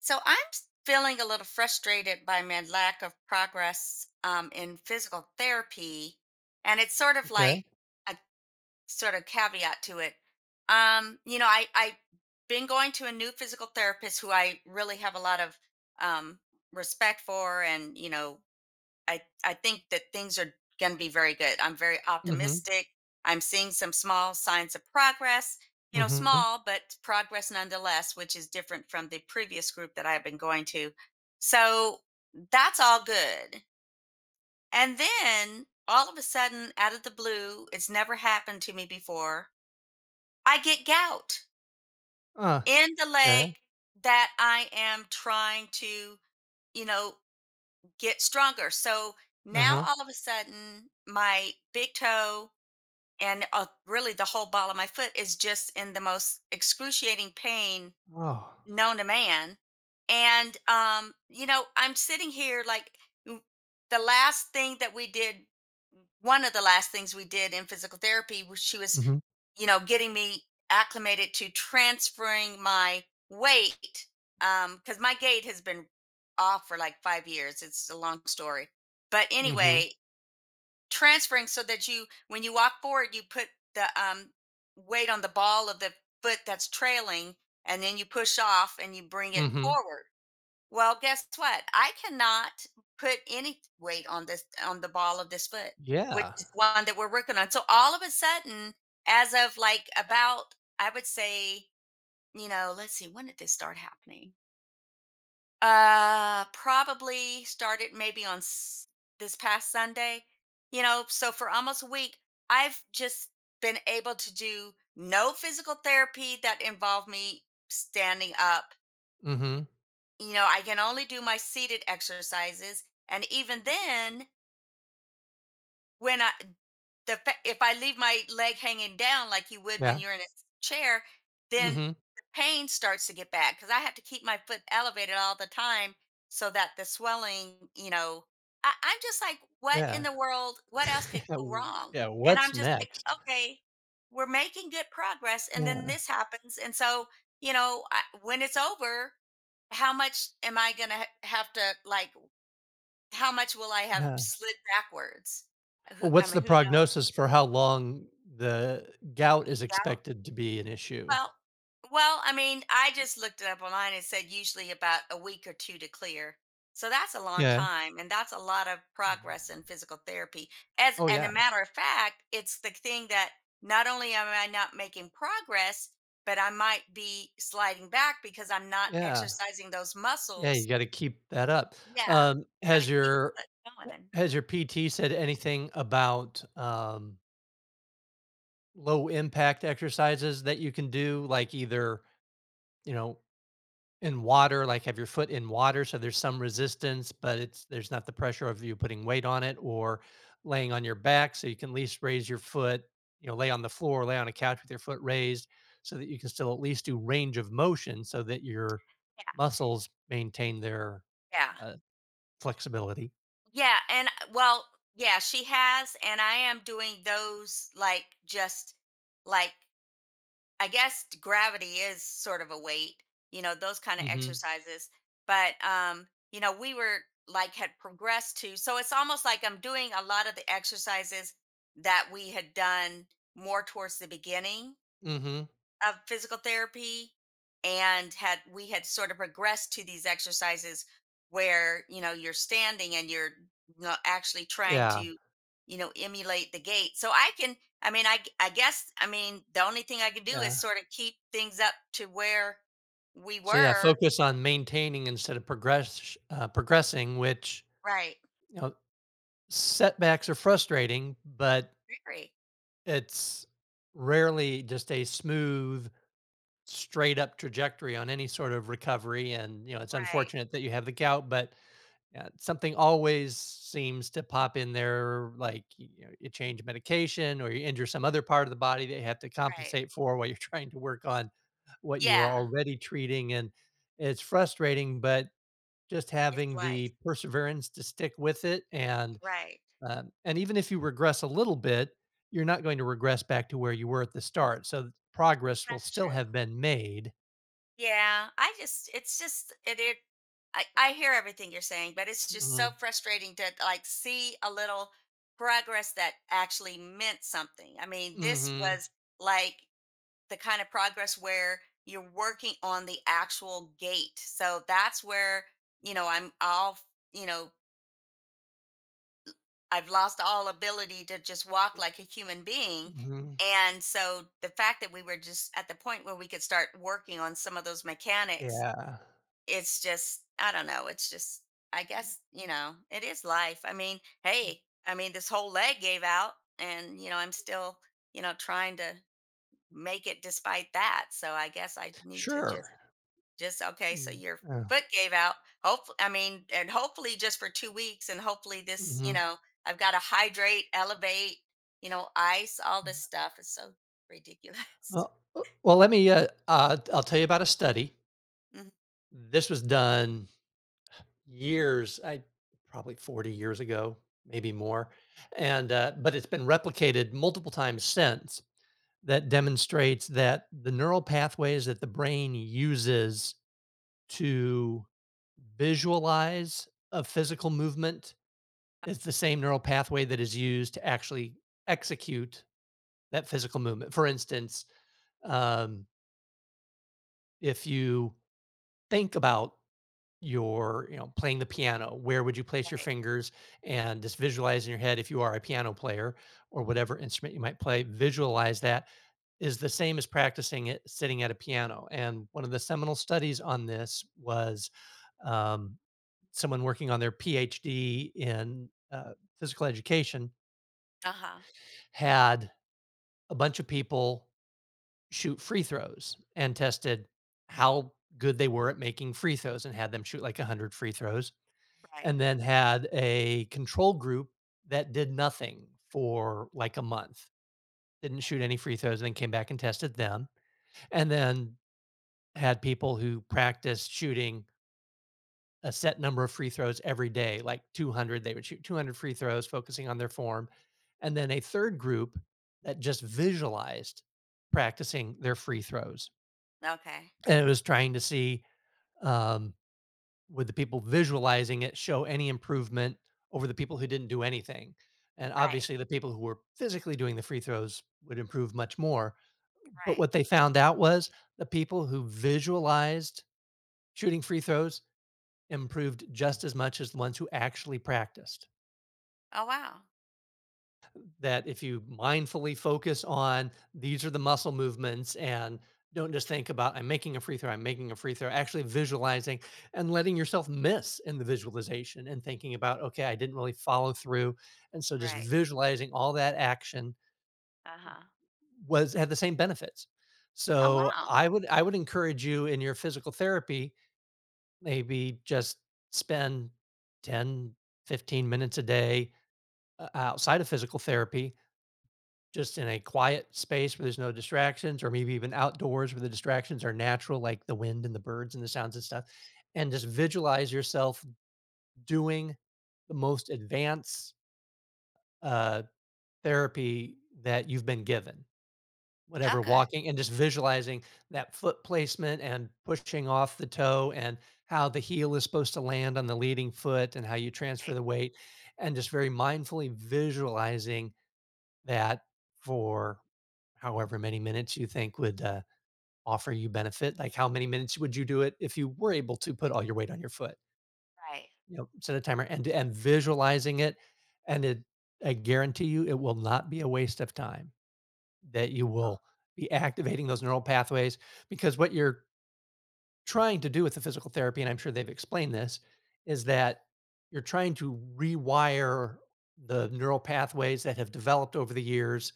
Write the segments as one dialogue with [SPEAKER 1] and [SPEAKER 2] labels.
[SPEAKER 1] So I'm feeling a little frustrated by my lack of progress in physical therapy. And it's sort of
[SPEAKER 2] Okay.
[SPEAKER 1] like a sort of caveat to it. I've been going to a new physical therapist who I really have a lot of um, respect for and, I think that things are going to be very good. I'm very
[SPEAKER 2] Mhm,
[SPEAKER 1] optimistic. I'm seeing some small signs of progress,
[SPEAKER 2] mhm.
[SPEAKER 1] small but progress nonetheless, which is different from the previous group that I've been going to. So that's all good. And then all of a sudden, out of the blue, it's never happened to me before. I get gout
[SPEAKER 2] Uh.
[SPEAKER 1] in the leg
[SPEAKER 2] Okay.
[SPEAKER 1] that I am trying to, you know, get stronger. So now
[SPEAKER 2] Uh-huh.
[SPEAKER 1] all of a sudden, my big toe and really the whole ball of my foot is just in the most excruciating pain
[SPEAKER 2] Oh.
[SPEAKER 1] known to man. And, I'm sitting here like w- the last thing that we did, one of the last things we did in physical therapy was she was
[SPEAKER 2] Mhm,
[SPEAKER 1] getting me acclimated to transferring my weight cuz my gait has been off for like 5 years. It's a long story. But
[SPEAKER 2] mhm,
[SPEAKER 1] anyway, transferring so that you when you walk forward, you put the weight on the ball of the foot that's trailing and then you push off and you bring it
[SPEAKER 2] mhm.
[SPEAKER 1] forward. Well, guess what? I cannot put any weight on this on the ball of this foot, which
[SPEAKER 2] Yeah.
[SPEAKER 1] is one that we're working on. So all of a sudden, as of like about, I would say, let's see, when did this start happening? Probably started maybe this past Sunday. So for almost a week, I've just been able to do no physical therapy that involved me standing up.
[SPEAKER 2] Mhm.
[SPEAKER 1] I can only do my seated exercises. And even then, when I the fa- if I leave my leg hanging down like you would when
[SPEAKER 2] Yeah.
[SPEAKER 1] you're in a chair, then
[SPEAKER 2] Mhm.
[SPEAKER 1] the pain starts to get bad because I have to keep my foot elevated all the time so that the swelling, I'm just like, what in
[SPEAKER 2] Yeah.
[SPEAKER 1] the world? What else could
[SPEAKER 2] yeah.
[SPEAKER 1] go
[SPEAKER 2] W
[SPEAKER 1] wrong?
[SPEAKER 2] yeah,
[SPEAKER 1] And
[SPEAKER 2] what's
[SPEAKER 1] I'm just like,
[SPEAKER 2] next?
[SPEAKER 1] okay, we're making good progress, and then
[SPEAKER 2] Yeah,
[SPEAKER 1] this happens, and so when it's over, how much am I gonna have to like? How much will I have
[SPEAKER 2] yeah.
[SPEAKER 1] slid backwards?
[SPEAKER 2] Well,
[SPEAKER 1] I
[SPEAKER 2] what's
[SPEAKER 1] mean,
[SPEAKER 2] the
[SPEAKER 1] who knows?
[SPEAKER 2] prognosis for how long the gout is expected to be an issue?
[SPEAKER 1] Well, well, I mean, I just looked it up online and said usually about a week or two to clear. So that's a long
[SPEAKER 2] Yeah.
[SPEAKER 1] time, and that's a lot of
[SPEAKER 2] Mhm.
[SPEAKER 1] progress in physical therapy. As
[SPEAKER 2] Oh,
[SPEAKER 1] and a
[SPEAKER 2] yeah.
[SPEAKER 1] matter of fact, it's the thing that not only am I not making progress, but I might be sliding back because I'm not
[SPEAKER 2] Yeah.
[SPEAKER 1] exercising those
[SPEAKER 2] Yeah, you
[SPEAKER 1] muscles.
[SPEAKER 2] gotta keep that up.
[SPEAKER 1] Yeah,
[SPEAKER 2] Um,
[SPEAKER 1] gotta
[SPEAKER 2] has
[SPEAKER 1] keep
[SPEAKER 2] your
[SPEAKER 1] it going.
[SPEAKER 2] has your PT said anything about, low impact exercises that you can do, like either, you know, in water, like have your foot in water so there's some resistance, but it's there's not the pressure of you putting weight on it, or laying on your back so you can at least raise your foot, you know, lay on the floor, lay on a couch with your foot raised so that you can still at least do range of motion so that your
[SPEAKER 1] Yeah,
[SPEAKER 2] muscles maintain their
[SPEAKER 1] yeah,
[SPEAKER 2] uh, flexibility.
[SPEAKER 1] yeah. And well, yeah, she has, and I am doing those like just like I guess gravity is sort of a weight, those kind of
[SPEAKER 2] Mhm.
[SPEAKER 1] exercises. But we were like had progressed to, so it's almost like I'm doing a lot of the exercises that we had done more towards the beginning
[SPEAKER 2] Mhm.
[SPEAKER 1] of physical therapy and had we had sort of progressed to these exercises where you're standing and you're not actually trying
[SPEAKER 2] Yeah.
[SPEAKER 1] to emulate the gait so I mean I guess I mean the only thing I could do is
[SPEAKER 2] Yeah.
[SPEAKER 1] sort of keep things up to where we
[SPEAKER 2] So yeah,
[SPEAKER 1] were.
[SPEAKER 2] focus on maintaining instead of progressing, which,
[SPEAKER 1] Right.
[SPEAKER 2] you know, setbacks are frustrating, but
[SPEAKER 1] Very.
[SPEAKER 2] it's rarely just a smooth, straight up trajectory on any sort of recovery. And, you know, it's
[SPEAKER 1] Right,
[SPEAKER 2] unfortunate that you have the gout, but something always seems to pop in there, like, you know, you change medication or you injure some other part of the body that you have to
[SPEAKER 1] right.
[SPEAKER 2] compensate for while you're trying to work on what you were
[SPEAKER 1] Yeah,
[SPEAKER 2] already treating. And it's frustrating, but just
[SPEAKER 1] it's
[SPEAKER 2] having
[SPEAKER 1] like.
[SPEAKER 2] the perseverance to stick with it
[SPEAKER 1] Right.
[SPEAKER 2] and even if you regress a little bit, you're not going to regress back to where you were at the start. So progress will
[SPEAKER 1] That's
[SPEAKER 2] still
[SPEAKER 1] true.
[SPEAKER 2] have been made.
[SPEAKER 1] Yeah, I just it's just it, it I hear everything you're saying, but it's just so
[SPEAKER 2] Mhm.
[SPEAKER 1] frustrating to like see a little progress that actually meant something. I mean, this
[SPEAKER 2] Mhm.
[SPEAKER 1] was like the kind of progress where you're working on the actual gate. So that's where, I'm all, you know, I've lost all ability to just walk like a human being.
[SPEAKER 2] Mhm.
[SPEAKER 1] And so the fact that we were just at the point where we could start working on some of those mechanics,
[SPEAKER 2] Yeah.
[SPEAKER 1] it's just, I don't know, it's just, I guess, it is life. I mean, hey. I mean, this whole leg gave out, and I'm still trying to make it despite that. So I guess I need to
[SPEAKER 2] Sure.
[SPEAKER 1] just, okay, so
[SPEAKER 2] Mm,
[SPEAKER 1] your
[SPEAKER 2] uh,
[SPEAKER 1] foot gave out, hopefully, I mean, and hopefully just for 2 weeks, and hopefully this,
[SPEAKER 2] mhm.
[SPEAKER 1] I've got to hydrate, elevate, ice. All this stuff is so ridiculous.
[SPEAKER 2] Well, well, let me. I'll tell you about a study.
[SPEAKER 1] Mhm.
[SPEAKER 2] This was done years, I probably 40 years ago, maybe more, and but it's been replicated multiple times since, that demonstrates that the neural pathways that the brain uses to visualize a physical movement is the same neural pathway that is used to actually execute that physical movement. For instance, um, if you think about your, you know, playing the piano, where would you place your
[SPEAKER 1] Right.
[SPEAKER 2] fingers? And just visualize in your head, if you are a piano player or whatever instrument you might play, visualize that is the same as practicing it sitting at a piano. And one of the seminal studies on this was, um, someone working on their PhD in physical education
[SPEAKER 1] Uh-huh.
[SPEAKER 2] had a bunch of people shoot free throws and tested how good they were at making free throws and had them shoot like 100 free throws,
[SPEAKER 1] Right.
[SPEAKER 2] and then had a control group that did nothing for like a month, didn't shoot any free throws, and then came back and tested them, and then had people who practiced shooting a set number of free throws every day, like 200. They would shoot 200 free throws, focusing on their form. And then a third group that just visualized practicing their free throws.
[SPEAKER 1] Okay, okay.
[SPEAKER 2] And it was trying to see, um, would the people visualizing it show any improvement over the people who didn't do anything? And
[SPEAKER 1] Right,
[SPEAKER 2] obviously, the people who were physically doing the free throws would improve much more. But
[SPEAKER 1] right.
[SPEAKER 2] what they found out was the people who visualized shooting free throws improved just as much as the ones who actually practiced.
[SPEAKER 1] Oh, wow.
[SPEAKER 2] That if you mindfully focus on these are the muscle movements and don't just think about I'm making a free throw, I'm making a free throw, actually visualizing and letting yourself miss in the visualization and thinking about, okay, I didn't really follow through. And so just
[SPEAKER 1] Right,
[SPEAKER 2] visualizing all that action
[SPEAKER 1] uh-huh.
[SPEAKER 2] was had the same benefits.
[SPEAKER 1] Oh,
[SPEAKER 2] So
[SPEAKER 1] wow.
[SPEAKER 2] I would encourage you in your physical therapy, maybe just spend 10 15 minutes a day outside of physical therapy, just in a quiet space where there's no distractions, or maybe even outdoors where the distractions are natural, like the wind and the birds and the sounds and stuff, and just visualize yourself doing the most advanced uh, therapy that you've been given, whatever
[SPEAKER 1] Okay.
[SPEAKER 2] walking, and just visualizing that foot placement and pushing off the toe and how the heel is supposed to land on the leading foot and how you transfer
[SPEAKER 1] Right,
[SPEAKER 2] the weight, and just very mindfully visualizing that for however many minutes you think would, offer you benefit, like, how many minutes would you do it if you were able to put all your weight on your foot?
[SPEAKER 1] right,
[SPEAKER 2] You know, set a timer and visualizing it, and it, I guarantee you it will not be a waste of time, that you will be activating those neural pathways, because what you're trying to do with the physical therapy, and I'm sure they've explained this, is that you're trying to rewire the neural pathways that have developed over the years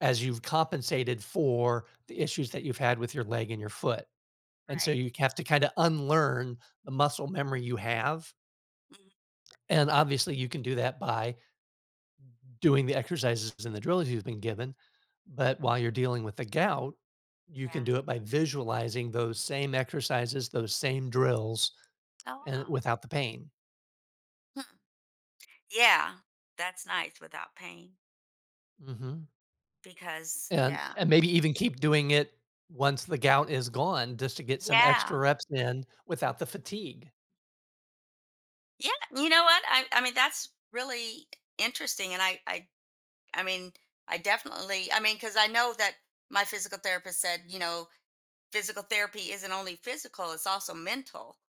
[SPEAKER 2] as you've compensated for the issues that you've had with your leg and your foot. And so
[SPEAKER 1] right.
[SPEAKER 2] you have to kind of unlearn the muscle memory you have.
[SPEAKER 1] Mhm.
[SPEAKER 2] And obviously, you can do that by doing the exercises and the drills you've been given. But while you're dealing with the gout, you can
[SPEAKER 1] Yeah.
[SPEAKER 2] do it by visualizing those same exercises, those same drills,
[SPEAKER 1] Oh,
[SPEAKER 2] and
[SPEAKER 1] wow.
[SPEAKER 2] without the pain.
[SPEAKER 1] Hmm. Yeah, that's nice without pain.
[SPEAKER 2] Hmm.
[SPEAKER 1] Because yeah,
[SPEAKER 2] And maybe even keep doing it once the gout is gone, just to get some extra
[SPEAKER 1] yeah,
[SPEAKER 2] reps in without the fatigue.
[SPEAKER 1] yeah, you know what? I mean, that's really interesting, and I mean, I definitely, I mean, because I know that my physical therapist said, physical therapy isn't only physical, it's also mental.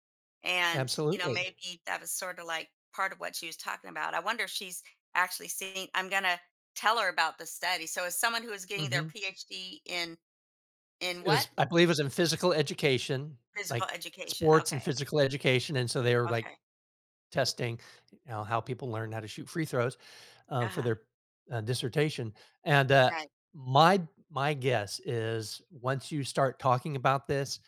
[SPEAKER 1] And,
[SPEAKER 2] Absolutely.
[SPEAKER 1] maybe that was sort of like part of what she was talking about. I wonder if she's actually seeing I'm gonna tell her about the study. So as someone who is getting their
[SPEAKER 2] Mhm.
[SPEAKER 1] PhD in
[SPEAKER 2] It
[SPEAKER 1] what?
[SPEAKER 2] was, I believe it was in physical education, like
[SPEAKER 1] Physical education.
[SPEAKER 2] sports and
[SPEAKER 1] Okay.
[SPEAKER 2] physical education, and so they were, like,
[SPEAKER 1] Okay.
[SPEAKER 2] testing, you know, how people learn how to shoot free throws, for
[SPEAKER 1] Uh-huh.
[SPEAKER 2] their, dissertation, and,
[SPEAKER 1] Right.
[SPEAKER 2] my guess is once you start talking about this,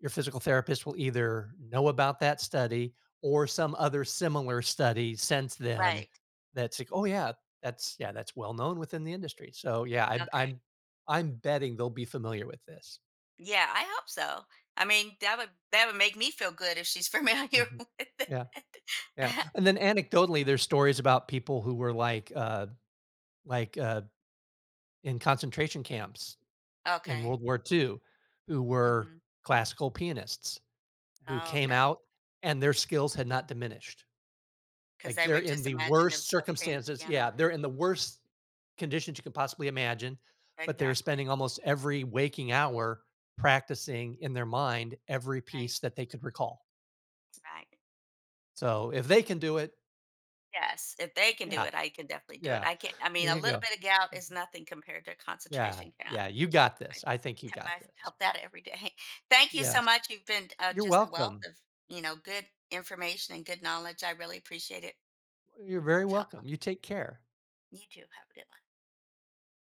[SPEAKER 2] your physical therapist will either know about that study or some other similar study since then,
[SPEAKER 1] Right.
[SPEAKER 2] that's like, "Oh, yeah, that's well known within the industry." So, yeah, i
[SPEAKER 1] Okay.
[SPEAKER 2] I'm I'm betting they'll be familiar with this.
[SPEAKER 1] Yeah, I hope so. I mean, that would make me feel good if she's familiar
[SPEAKER 2] Mhm.
[SPEAKER 1] with it.
[SPEAKER 2] Yeah, yeah, and then anecdotally, there's stories about people who were, like, like, uh, in concentration camps in
[SPEAKER 1] Okay.
[SPEAKER 2] World War II who were
[SPEAKER 1] Hmm.
[SPEAKER 2] classical pianists who came
[SPEAKER 1] Okay.
[SPEAKER 2] out and their skills had not diminished.
[SPEAKER 1] Because
[SPEAKER 2] Like,
[SPEAKER 1] they
[SPEAKER 2] they're
[SPEAKER 1] would
[SPEAKER 2] in
[SPEAKER 1] just
[SPEAKER 2] the
[SPEAKER 1] imagine
[SPEAKER 2] worst
[SPEAKER 1] themselves playing the
[SPEAKER 2] circumstances Yeah,
[SPEAKER 1] piano.
[SPEAKER 2] they're in the worst conditions you can possibly imagine, but they were
[SPEAKER 1] Exactly.
[SPEAKER 2] spending almost every waking hour practicing in their mind every
[SPEAKER 1] Right.
[SPEAKER 2] piece that they could recall.
[SPEAKER 1] Right.
[SPEAKER 2] So, if they can do it,
[SPEAKER 1] Yes. If they can do
[SPEAKER 2] yeah,
[SPEAKER 1] it, I can definitely do it.
[SPEAKER 2] yeah,
[SPEAKER 1] I can't, I mean,
[SPEAKER 2] there
[SPEAKER 1] a
[SPEAKER 2] you
[SPEAKER 1] little
[SPEAKER 2] go.
[SPEAKER 1] bit of gout is nothing compared to a
[SPEAKER 2] Yeah,
[SPEAKER 1] concentration camp.
[SPEAKER 2] yeah, you got
[SPEAKER 1] I
[SPEAKER 2] this. I think you
[SPEAKER 1] tell
[SPEAKER 2] got this.
[SPEAKER 1] myself that every day. Thank you so
[SPEAKER 2] Yes.
[SPEAKER 1] much. You've been
[SPEAKER 2] You're
[SPEAKER 1] just a wealth
[SPEAKER 2] welcome.
[SPEAKER 1] of, good information and good knowledge. I really appreciate it.
[SPEAKER 2] You're very
[SPEAKER 1] Help.
[SPEAKER 2] welcome. You take care.
[SPEAKER 1] You too. Have a good one.